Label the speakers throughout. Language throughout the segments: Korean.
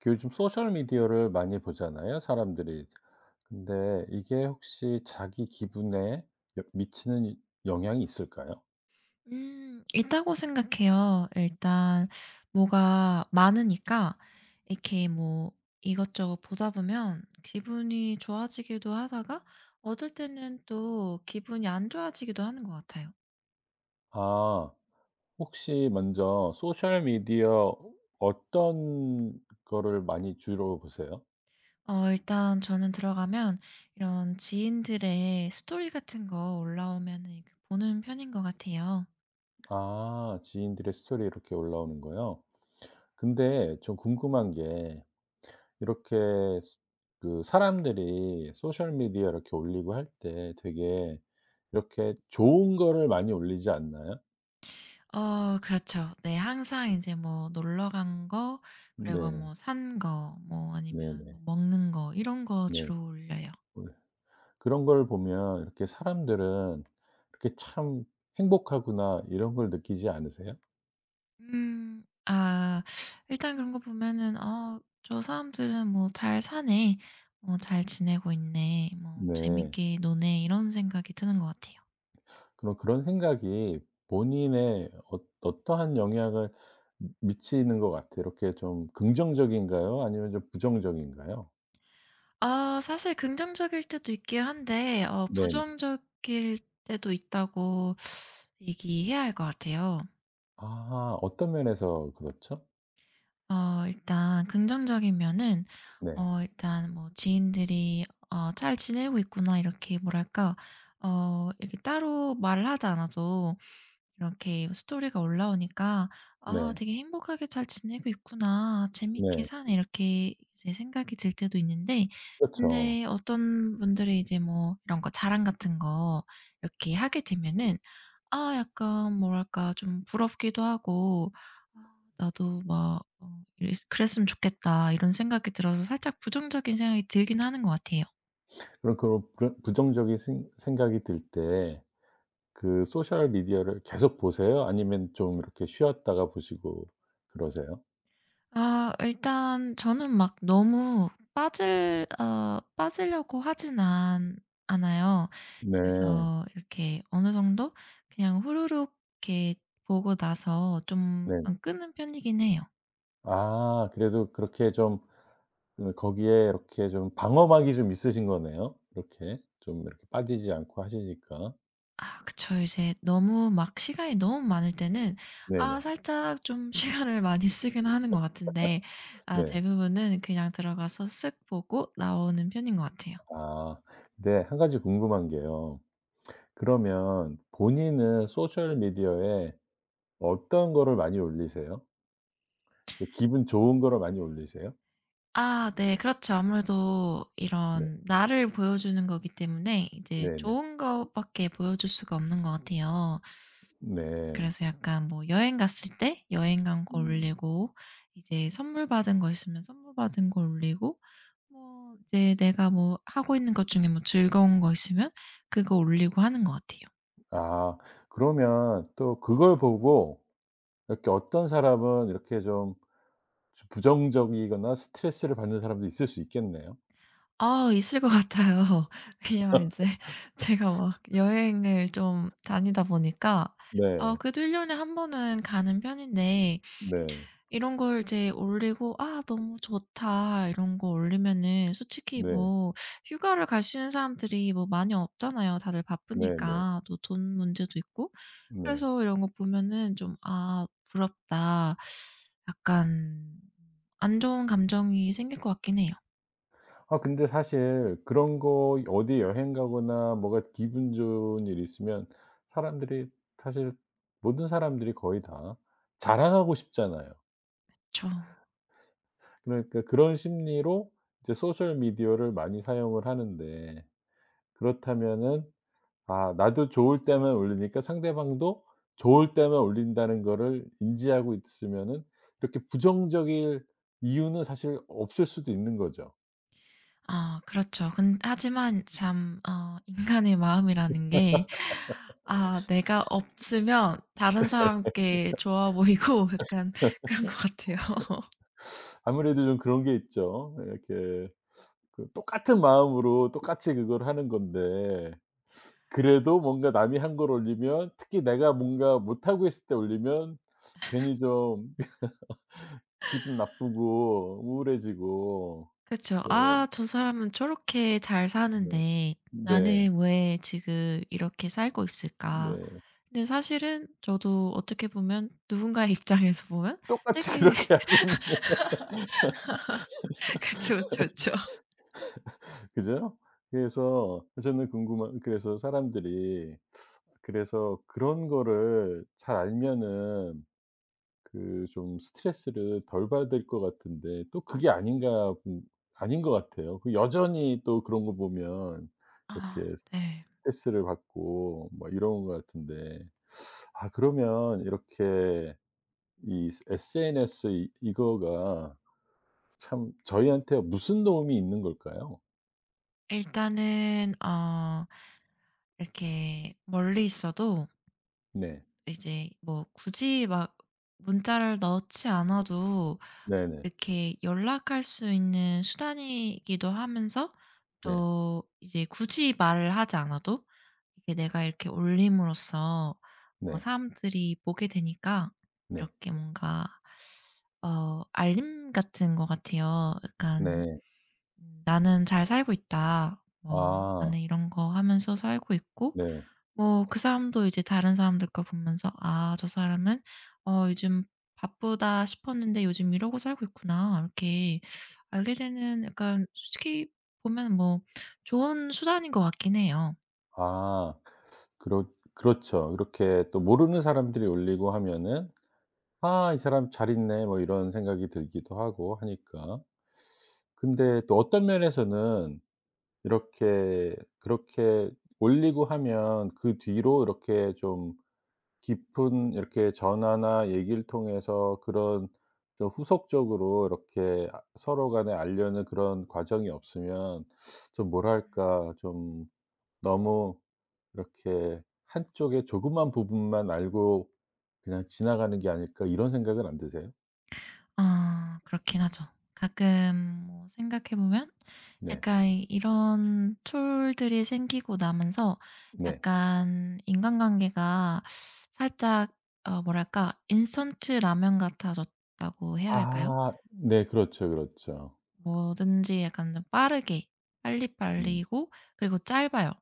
Speaker 1: 그 요즘 소셜 미디어를 많이 보잖아요, 사람들이. 근데 이게 혹시 자기 기분에 여 미치는 영향이 있을까요?
Speaker 2: 있다고 생각해요. 일단 뭐가 많으니까 이렇게 뭐 이것저것 보다 보면 기분이 좋아지기도 하다가 어떨 때는 또 기분이 안 좋아지기도 하는 것 같아요.
Speaker 1: 아 혹시 먼저 소셜 미디어 어떤 거를 많이 주로 보세요?
Speaker 2: 어 일단 저는 들어가면 이런 지인들의 스토리 같은 거 올라오면은 그 보는 편인 것 같아요.
Speaker 1: 아 지인들의 스토리 이렇게 올라오는 거요? 근데 좀 궁금한 게 이렇게 그 사람들이 소셜 미디어 이렇게 올리고 할 때 되게 이렇게 좋은 거를 많이 올리지 않나요?
Speaker 2: 어 그렇죠. 네. 항상 이제 뭐 놀러 간 거, 그리고
Speaker 1: 네.
Speaker 2: 뭐 산 거, 뭐 아니면
Speaker 1: 네네.
Speaker 2: 뭐 먹는 거 이런 거
Speaker 1: 네.
Speaker 2: 주로 올려요.
Speaker 1: 그 그런 걸 보면 이렇게 사람들은 이렇게 '참 행복하구나.' 이런 걸 느끼지 않으세요?
Speaker 2: 음. 아 일단 그런 거 보면은 '어 저 사람들은 뭐 잘 사네. 뭐 잘 지내고 있네. 뭐
Speaker 1: 네.
Speaker 2: 재밌게 노네.' 이런 생각이 드는 것 같아요.
Speaker 1: 그럼 그런 생각이 본인의 어 어떠한 영향을 미 미치는 것 같아요? 이렇게 좀 긍정적인가요? 아니면 좀 부정적인가요?
Speaker 2: 아 사실 긍정적일 때도 있긴 한데 어
Speaker 1: 네네.
Speaker 2: 부정적일 때도 있다고 얘기해야 할 것 같아요.
Speaker 1: 아 어떤 면에서 그렇죠?
Speaker 2: 어 일단 긍정적인 면은,
Speaker 1: 네.
Speaker 2: 어 일단 뭐 지인들이 어 '잘 지내고 있구나.' 이렇게 뭐랄까 어 이렇게 따로 말을 하지 않아도 이렇게 스토리가 올라오니까 '아
Speaker 1: 네.
Speaker 2: 되게 행복하게 잘 지내고 있구나. 재밌게
Speaker 1: 네.
Speaker 2: 사네.' 이렇게 이제 생각이 들 때도 있는데,
Speaker 1: 그렇죠.
Speaker 2: 근데 어떤 분들이 이제 뭐 이런 거 자랑 같은 거 이렇게 하게 되면은 아 약간 뭐랄까 좀 부럽기도 하고 '아 나도 막 어 이랬 그랬으면 좋겠다.' 이런 생각이 들어서 살짝 부정적인 생각이 들긴 하는 것 같아요.
Speaker 1: 그럼 그런 부정적인 생 생각이 들때 그 소셜 미디어를 계속 보세요? 아니면 좀 이렇게 쉬었다가 보시고 그러세요?
Speaker 2: 아 일단 저는 막 너무 빠질 어 빠지려고 하진 않 않아요.
Speaker 1: 네.
Speaker 2: 그래서 이렇게 어느 정도 그냥 후루룩 이렇게 보고 나서 좀
Speaker 1: 네.
Speaker 2: 끄는 편이긴 해요.
Speaker 1: 아 그래도 그렇게 좀 그 거기에 이렇게 좀 방어막이 좀 있으신 거네요. 이렇게 좀 이렇게 빠지지 않고 하시니까.
Speaker 2: 아 그쵸. 이제 너무 막 시간이 너무 많을 때는
Speaker 1: 네네.
Speaker 2: 아 살짝 좀 시간을 많이 쓰긴 하는 것 같은데 아
Speaker 1: 네.
Speaker 2: 대부분은 그냥 들어가서 쓱 보고 나오는 편인 것 같아요.
Speaker 1: 아 네. 한 가지 궁금한 게요. 그러면 본인은 소셜 미디어에 어떤 거를 많이 올리세요? 예 기분 좋은 거를 많이 올리세요?
Speaker 2: 아 네. 그렇죠. 아무래도
Speaker 1: 네.
Speaker 2: 이런 나를 보여주는 거기 때문에 이제
Speaker 1: 네네.
Speaker 2: 좋은 것밖에 보여줄 수가 없는 것 같아요.
Speaker 1: 네.
Speaker 2: 그래서 약간 뭐 여행 갔을 때 여행 간 거
Speaker 1: 음.
Speaker 2: 올리고, 이제 선물 받은 거 있으면 선물 받은 거 올리고, 뭐 이제 내가 뭐 하고 있는 것 중에 뭐 즐거운 거 있으면 그거 올리고 하는 것 같아요.
Speaker 1: 아 그러면 또 그걸 보고 이렇게 어떤 사람은 이렇게 좀 부정적이거나 스트레스를 받는 사람도 있을 수 있겠네요.
Speaker 2: 아 있을 것 같아요. 왜냐면 이제 제가 막 여행을 좀 다니다 보니까, 아
Speaker 1: 네.
Speaker 2: 그래도 1년 년에 한 번은 가는 편인데,
Speaker 1: 네.
Speaker 2: 이런 걸 이제 올리고 '아 너무 좋다.' 이런 거 올리면은 솔직히
Speaker 1: 네.
Speaker 2: 뭐 휴가를 갈 수 있는 사람들이 뭐 많이 없잖아요. 다들
Speaker 1: 네네. 네.
Speaker 2: 바쁘니까 또 돈 문제도 있고.
Speaker 1: 네.
Speaker 2: 그래서 이런 거 보면은 좀 '아 부럽다.' 약간 안 좋은 감정이 생길 것 같긴 해요.
Speaker 1: 아 근데 사실 그런 거 어디 여행 가거나 뭐가 기분 좋은 일 있으면 사람들이 사실 모든 사람들이 거의 다 자랑하고 싶잖아요.
Speaker 2: 그쵸.
Speaker 1: 그러니까 그런 심리로 이제 소셜 미디어를 많이 사용을 하는데 그렇다면은 아 나도 좋을 때만 올리니까 상대방도 좋을 때만 올린다는 거를 인지하고 있으면은 이렇게 부정적일 이유는 사실 없을 수도 있는 거죠.
Speaker 2: 아 그렇죠. 근 하지만 참 어 인간의 마음이라는 게, 아 내가 없으면 다른 사람께 좋아 보이고 약간 그런 것 같아요.
Speaker 1: 아무래도 좀 그런 게 있죠. 이렇게 그 똑같은 마음으로 똑같이 그걸 하는 건데 그래도 뭔가 남이 한 걸 올리면 특히 내가 뭔가 못하고 있을 때 올리면 괜히 좀 기분 나쁘고 우울해지고
Speaker 2: 그렇죠. '아
Speaker 1: 좀
Speaker 2: 저 사람은 저렇게 잘
Speaker 1: 네.
Speaker 2: 사는데
Speaker 1: 네.
Speaker 2: 나는 왜 지금 이렇게 살고 있을까?'
Speaker 1: 네.
Speaker 2: 근데 사실은 저도 어떻게 보면 누군가의 입장에서 보면
Speaker 1: 똑같이
Speaker 2: 되게
Speaker 1: 그렇게 하는
Speaker 2: 그쵸, 그쵸, 그쵸.
Speaker 1: 그죠? 그래서 저는 궁금한 그래서 사람들이 그래서 그런 거를 잘 알면은 그 좀 스트레스를 덜 받을 것 같은데 또 그게 아닌가 본- 아닌 것 같아요. 그 여전히 또 그런 거 보면
Speaker 2: 아
Speaker 1: 이렇게
Speaker 2: 네.
Speaker 1: 스트레스를 받고 뭐 이런 것 같은데 아 그러면 이렇게 이 SNS 이 이거가 참 저희한테 무슨 도움이 있는 걸까요?
Speaker 2: 일단은 어 이렇게 멀리 있어도
Speaker 1: 네.
Speaker 2: 이제 뭐 굳이 막 문자를 넣지 않아도
Speaker 1: 네네.
Speaker 2: 이렇게 연락할 수 있는 수단이기도 하면서,
Speaker 1: 네.
Speaker 2: 또 이제 굳이 말을 하지 않아도 이게 내가 이렇게 올림으로써 어
Speaker 1: 네.
Speaker 2: 사람들이 보게 되니까,
Speaker 1: 네.
Speaker 2: 이렇게 뭔가 어 알림 같은 것 같아요. 약간
Speaker 1: 네.
Speaker 2: '나는 잘 살고 있다.' 뭐
Speaker 1: 아.
Speaker 2: '나는 이런 거 하면서 살고 있고.'
Speaker 1: 네.
Speaker 2: 뭐 그 사람도 이제 다른 사람들 거 보면서 '아 저 사람은 어 요즘 바쁘다.' 싶었는데 '요즘 이러고 살고 있구나.' 이렇게 알게 되는, 약간 솔직히 보면 뭐 좋은 수단인 것 같긴 해요.
Speaker 1: 아. 그렇 그렇죠. 이렇게 또 모르는 사람들이 올리고 하면은 '아 이 사람 잘 있네.' 뭐 이런 생각이 들기도 하고 하니까. 근데 또 어떤 면에서는 이렇게 그렇게 올리고 하면 그 뒤로 이렇게 좀 깊은 이렇게 전화나 얘기를 통해서 그런 좀 후속적으로 이렇게 아 서로 간에 알려는 그런 과정이 없으면 좀 뭐랄까 좀 너무 이렇게 '한쪽의 조그만 부분만 알고 그냥 지나가는 게 아닐까.' 이런 생각은 안 드세요?
Speaker 2: 아 그렇긴 하죠. 가끔 뭐 생각해 보면
Speaker 1: 네.
Speaker 2: 약간 이런 툴들이 생기고 나면서
Speaker 1: 네.
Speaker 2: 약간 인간관계가 살짝 어 뭐랄까 인스턴트 라면 같아졌다고 해야 할까요?
Speaker 1: 아 네. 그렇죠, 그렇죠.
Speaker 2: 뭐든지 약간 좀 빠르게
Speaker 1: 음
Speaker 2: 빨리빨리고 그리고 짧아요.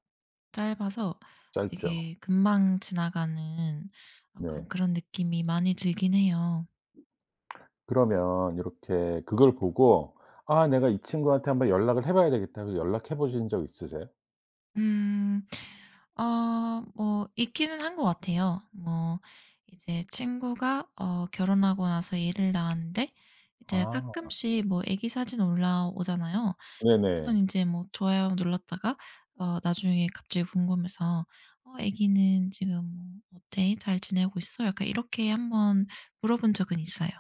Speaker 2: 짧아서
Speaker 1: 짧죠.
Speaker 2: 되게 금방 지나가는 약간
Speaker 1: 네.
Speaker 2: 그런 느낌이 많이 들긴 해요.
Speaker 1: 그러면 이렇게 그걸 보고 '아 내가 이 친구한테 한번 연락을 해 봐야 되겠다.' 해서 연락해 보신 적 있으세요?
Speaker 2: 음. 어 뭐 있기는 한 것 같아요. 뭐 이제 친구가 어 결혼하고 나서 애를 낳았는데 이제
Speaker 1: 아
Speaker 2: 가끔씩 뭐 아기 사진 올라오잖아요. 한번
Speaker 1: 네네.
Speaker 2: 인제 뭐 좋아요 눌렀다가 어 나중에 갑자기 궁금해서 "어 아기는 지금 뭐 어때? 잘 지내고 있어?" 약간 이렇게 한번 물어본 적은 있어요.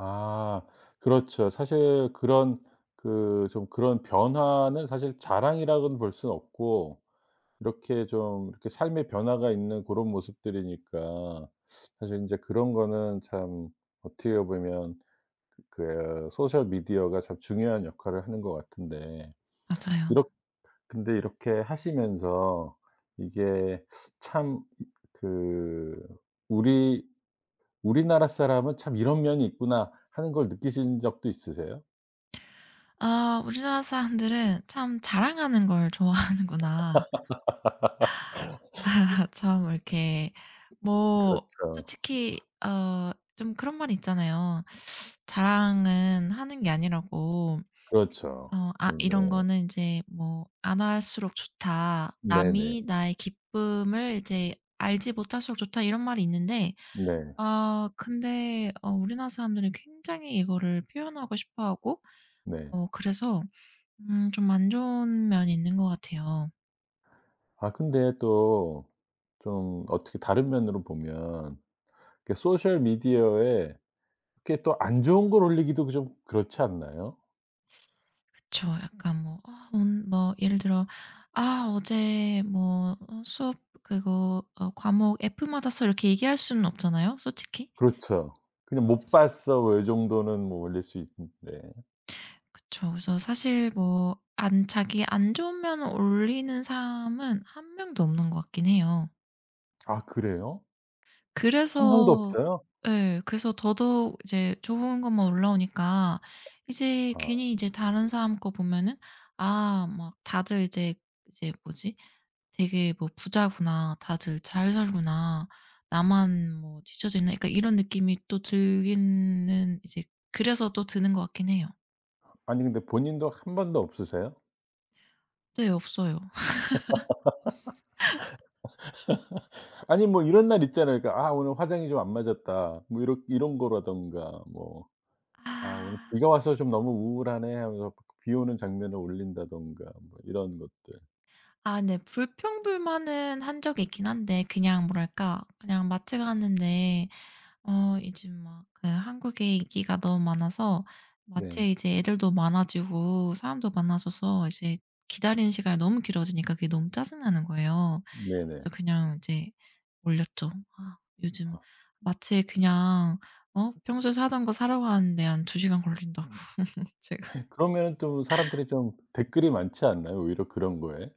Speaker 1: 아 그렇죠. 사실 그런 그 좀 그런 변화는 사실 자랑이라고는 볼 수는 없고 이렇게 좀 이렇게 삶의 변화가 있는 그런 모습들이니까 사실 인제 그런 거는 참 어떻게 보면 그 소셜 미디어가 참 중요한 역할을 하는 것 같은데
Speaker 2: 맞아요.
Speaker 1: 이렇 근데 이렇게 하시면서 이게 참 그 '우리 우리나라 사람은 참 이런 면이 있구나.' 하는 걸 느끼신 적도 있으세요?
Speaker 2: 아 우리나라 사람들은 참 자랑하는 걸 좋아하는구나. 아 참 이렇게 뭐
Speaker 1: 그렇죠.
Speaker 2: 솔직히 어 좀 그런 말이 있잖아요. 자랑은 하는 게 아니라고,
Speaker 1: 그렇죠.
Speaker 2: 어 아
Speaker 1: 네.
Speaker 2: 이런 거는 이제 뭐 '안 할수록 좋다.
Speaker 1: 네네.
Speaker 2: 남이 나의 기쁨을 이제 알지 못할수록 좋다.' 이런 말이 있는데,
Speaker 1: 네.
Speaker 2: 아 근데 어 우리나라 사람들이 굉장히 이거를 표현하고 싶어하고
Speaker 1: 네.
Speaker 2: 어 그래서 좀 안 좋은 면이 있는 것 같아요.
Speaker 1: 아 근데 또 좀 어떻게 다른 면으로 보면 그 소셜 미디어에 이렇게 또 안 좋은 걸 올리기도 그 좀 그렇지 않나요?
Speaker 2: 그쵸. 약간 뭐 어, 온 뭐 예를 들어 "아 어제 뭐 어 수업 그거 어 과목 F 맞았어." 이렇게 얘기할 수는 없잖아요 솔직히.
Speaker 1: 그렇죠. 그냥 "못 봤어." 뭐 요 정도는 뭐 올릴 수 있는데.
Speaker 2: 그쵸. 그래서 사실 뭐 안 자기 안 좋은 면을 올리는 사람은 한 명도 없는 것 같긴 해요.
Speaker 1: 아 그래요? 한 명도
Speaker 2: 그래서
Speaker 1: 없어요?
Speaker 2: 예. 그래서 더더욱 이제 좋은 것만 올라오니까 이제
Speaker 1: 아
Speaker 2: 괜히 이제 다른 사람 거 보면은 '아 막 다들 이제 뭐지? 되게 뭐 부자구나. 다들 잘 살구나. 나만 뭐 뒤처져 있나?' 그러니까 이런 느낌이 또 들기는 이제, 그래서 또 드는 것 같긴 해요.
Speaker 1: 아니 근데 본인도 한 번도 없으세요?
Speaker 2: 네. 없어요.
Speaker 1: 아니 뭐 이런 날 있잖아요. 그러니까 '아 오늘 화장이 좀 안 맞았다.' 뭐 이렇 이런 거라든가 뭐 '아 오늘
Speaker 2: 아.
Speaker 1: 비가 와서 좀 너무 우울하네.' 하면서 비 오는 장면을 올린다든가 뭐 이런 것들.
Speaker 2: 아 네. 불평불만은 한 적이 있긴 한데 그냥 뭐랄까, 그냥 마트 가는데 어이즘막 그 한국의 인기가 너무 많아서
Speaker 1: 네.
Speaker 2: 마트에 이제 애들도 많아지고 사람도 많아져서 이제 기다리는 시간이 너무 길어지니까 그게 너무 짜증나는 거예요.
Speaker 1: 네네.
Speaker 2: 그래서 그냥 이제 올렸죠. '아 요즘 마트에 그냥 어 평소에 사던 거 사러 가는데 한 두 시간 걸린다.'고 제가.
Speaker 1: 그러면은 또 사람들이 좀 댓글이 많지 않나요? 오히려 그런 거에?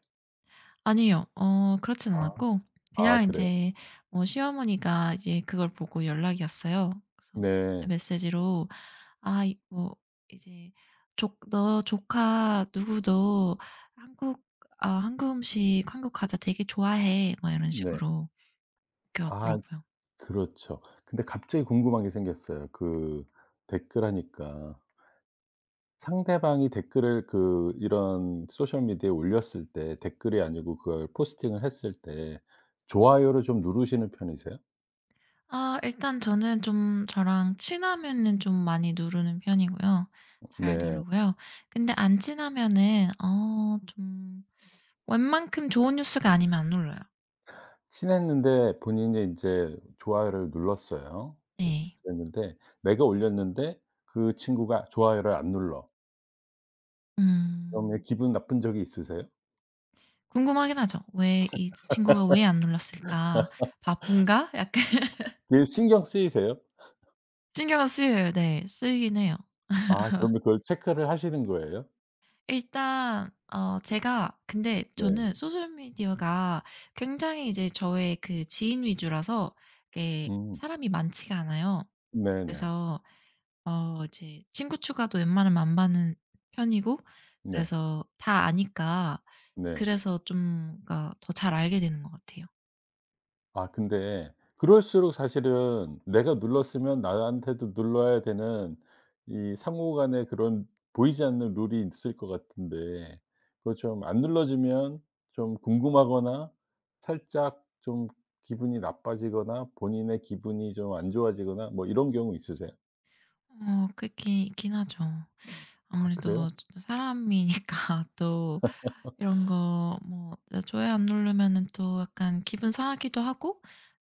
Speaker 2: 아니요. 어 그렇진
Speaker 1: 아
Speaker 2: 않았고
Speaker 1: 아
Speaker 2: 그냥
Speaker 1: 그래요?
Speaker 2: 인제 어 시어머니가 이제 그걸 보고 연락이 왔어요. 그래서
Speaker 1: 네.
Speaker 2: 메시지로 "아 이 뭐 이제 족 너 조카 누구도 한국 아 한국 음식, 한국 과자 되게 좋아해." 막 이런
Speaker 1: 네.
Speaker 2: 식으로 이렇게
Speaker 1: 아
Speaker 2: 왔더라고요.
Speaker 1: 그렇죠. 근데 갑자기 궁금한 게 생겼어요. 그 댓글 하니까. 상대방이 댓글을 그 이런 소셜 미디어에 올렸을 때 댓글이 아니고 그걸 포스팅을 했을 때 좋아요를 좀 누르시는 편이세요?
Speaker 2: 아 일단 저는 좀 저랑 친하면은 좀 많이 누르는 편이고요. 잘
Speaker 1: 네.
Speaker 2: 누르고요. 근데 안 친하면은 어 좀 웬만큼 좋은 뉴스가 아니면 안 눌러요.
Speaker 1: 친했는데 본인이 이제 좋아요를 눌렀어요. 그래서
Speaker 2: 네.
Speaker 1: 그랬는데 내가 올렸는데 그 친구가 좋아요를 안 눌러. 그러면
Speaker 2: 음.
Speaker 1: 기분 나쁜 적이 있으세요?
Speaker 2: 궁금하긴 하죠. '왜 이 친구가 왜 안 눌렀을까? 바쁜가?' 약간
Speaker 1: 그게 신경 쓰이세요?
Speaker 2: 신경 쓰여요. 네. 쓰이긴 해요.
Speaker 1: 아 그러면 그걸 체크를 하시는 거예요?
Speaker 2: 일단 어 제가, 근데
Speaker 1: 네.
Speaker 2: 저는 소셜 미디어가 굉장히 이제 저의 그 지인 위주라서 이게
Speaker 1: 음.
Speaker 2: 사람이 많지가 않아요.
Speaker 1: 네네.
Speaker 2: 그래서 어 이제 친구 추가도 웬만하면 안 받는 편이고
Speaker 1: 네.
Speaker 2: 그래서 다 아니까
Speaker 1: 네.
Speaker 2: 그래서 좀, 그러니까 더 잘 알게 되는 것 같아요.
Speaker 1: 아 근데 그럴수록 사실은 내가 눌렀으면 나한테도 눌러야 되는 이 상호 간의 그런 보이지 않는 룰이 있을 것 같은데 그거 좀 안 눌러지면 좀 궁금하거나 살짝 좀 기분이 나빠지거나 본인의 기분이 좀 안 좋아지거나 뭐 이런 경우 있으세요?
Speaker 2: 어 그렇긴 있긴 하죠.
Speaker 1: 아 그래요?
Speaker 2: 아무래도 또 사람이니까 또 이런 거 뭐 좋아요 안 누르면은 또 약간 기분 상하기도 하고,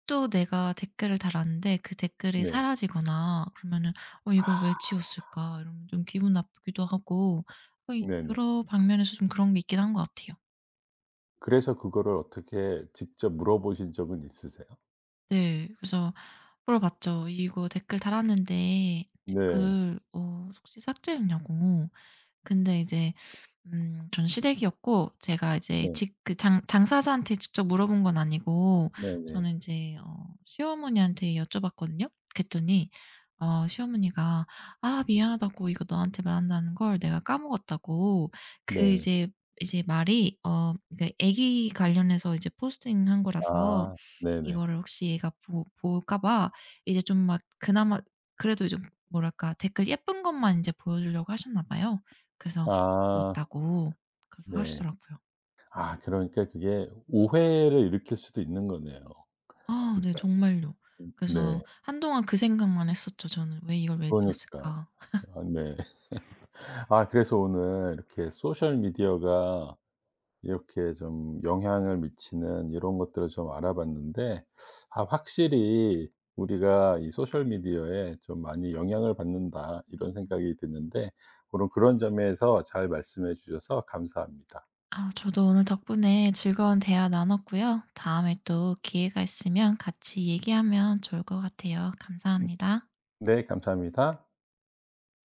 Speaker 2: 또 내가 댓글을 달았는데 그 댓글이
Speaker 1: 네.
Speaker 2: 사라지거나 그러면은 '어 이걸 왜 지웠을까?' 이러면 좀 기분 나쁘기도 하고 어 이
Speaker 1: 네네.
Speaker 2: 여러 방면에서 좀 그런 게 있긴 한 것 같아요.
Speaker 1: 그래서 그거를 어떻게 직접 물어보신 적은 있으세요?
Speaker 2: 네. 그래서 물어봤죠. "이거 댓글 달았는데
Speaker 1: 네.
Speaker 2: 댓글 어 혹시 삭제했냐."고. 근데 이제 전 시댁이었고, 제가 이제
Speaker 1: 네.
Speaker 2: 직 그 장 당사자한테 직접 물어본 건 아니고
Speaker 1: 네네.
Speaker 2: 저는 인제 어 시어머니한테 여쭤봤거든요. 그랬더니 어 시어머니가 "아 미안하다고, 이거 너한테 말한다는 걸 내가 까먹었다."고. 그
Speaker 1: 네.
Speaker 2: 이제 이제 말이 어, 그러니까 아기 관련해서 이제 포스팅한 거라서
Speaker 1: 아 네네.
Speaker 2: 이거를 혹시 얘가 보 볼까 봐 이제 좀 막 그나마 그래도 좀 뭐랄까 댓글 예쁜 것만 인제 보여주려고 하셨나 봐요. 그래서
Speaker 1: 아.
Speaker 2: 지웠다고 그래서
Speaker 1: 네.
Speaker 2: 하시더라고요.
Speaker 1: 아 그러니까 그게 오해를 일으킬 수도 있는 거네요.
Speaker 2: 아
Speaker 1: 그죠?
Speaker 2: 네 정말요.
Speaker 1: 네.
Speaker 2: 그래서 한동안 그 생각만 했었죠 저는. '왜 이걸 왜
Speaker 1: 그러니까.
Speaker 2: 지웠을까?'
Speaker 1: 아 네. 아 그래서 오늘 이렇게 소셜 미디어가 이렇게 좀 영향을 미치는 이런 것들을 좀 알아봤는데 아 확실히 우리가 이 '소셜 미디어에 좀 많이 영향을 받는다.' 이런
Speaker 2: 음.
Speaker 1: 생각이 드는데 오늘 그런 점에서 잘 말씀해 주셔서 감사합니다.
Speaker 2: 아 저도 오늘 덕분에 즐거운 대화 나눴고요. 다음에 또 기회가 있으면 같이 얘기하면 좋을 것 같아요.
Speaker 1: 음
Speaker 2: 감사합니다.
Speaker 1: 네 감사합니다.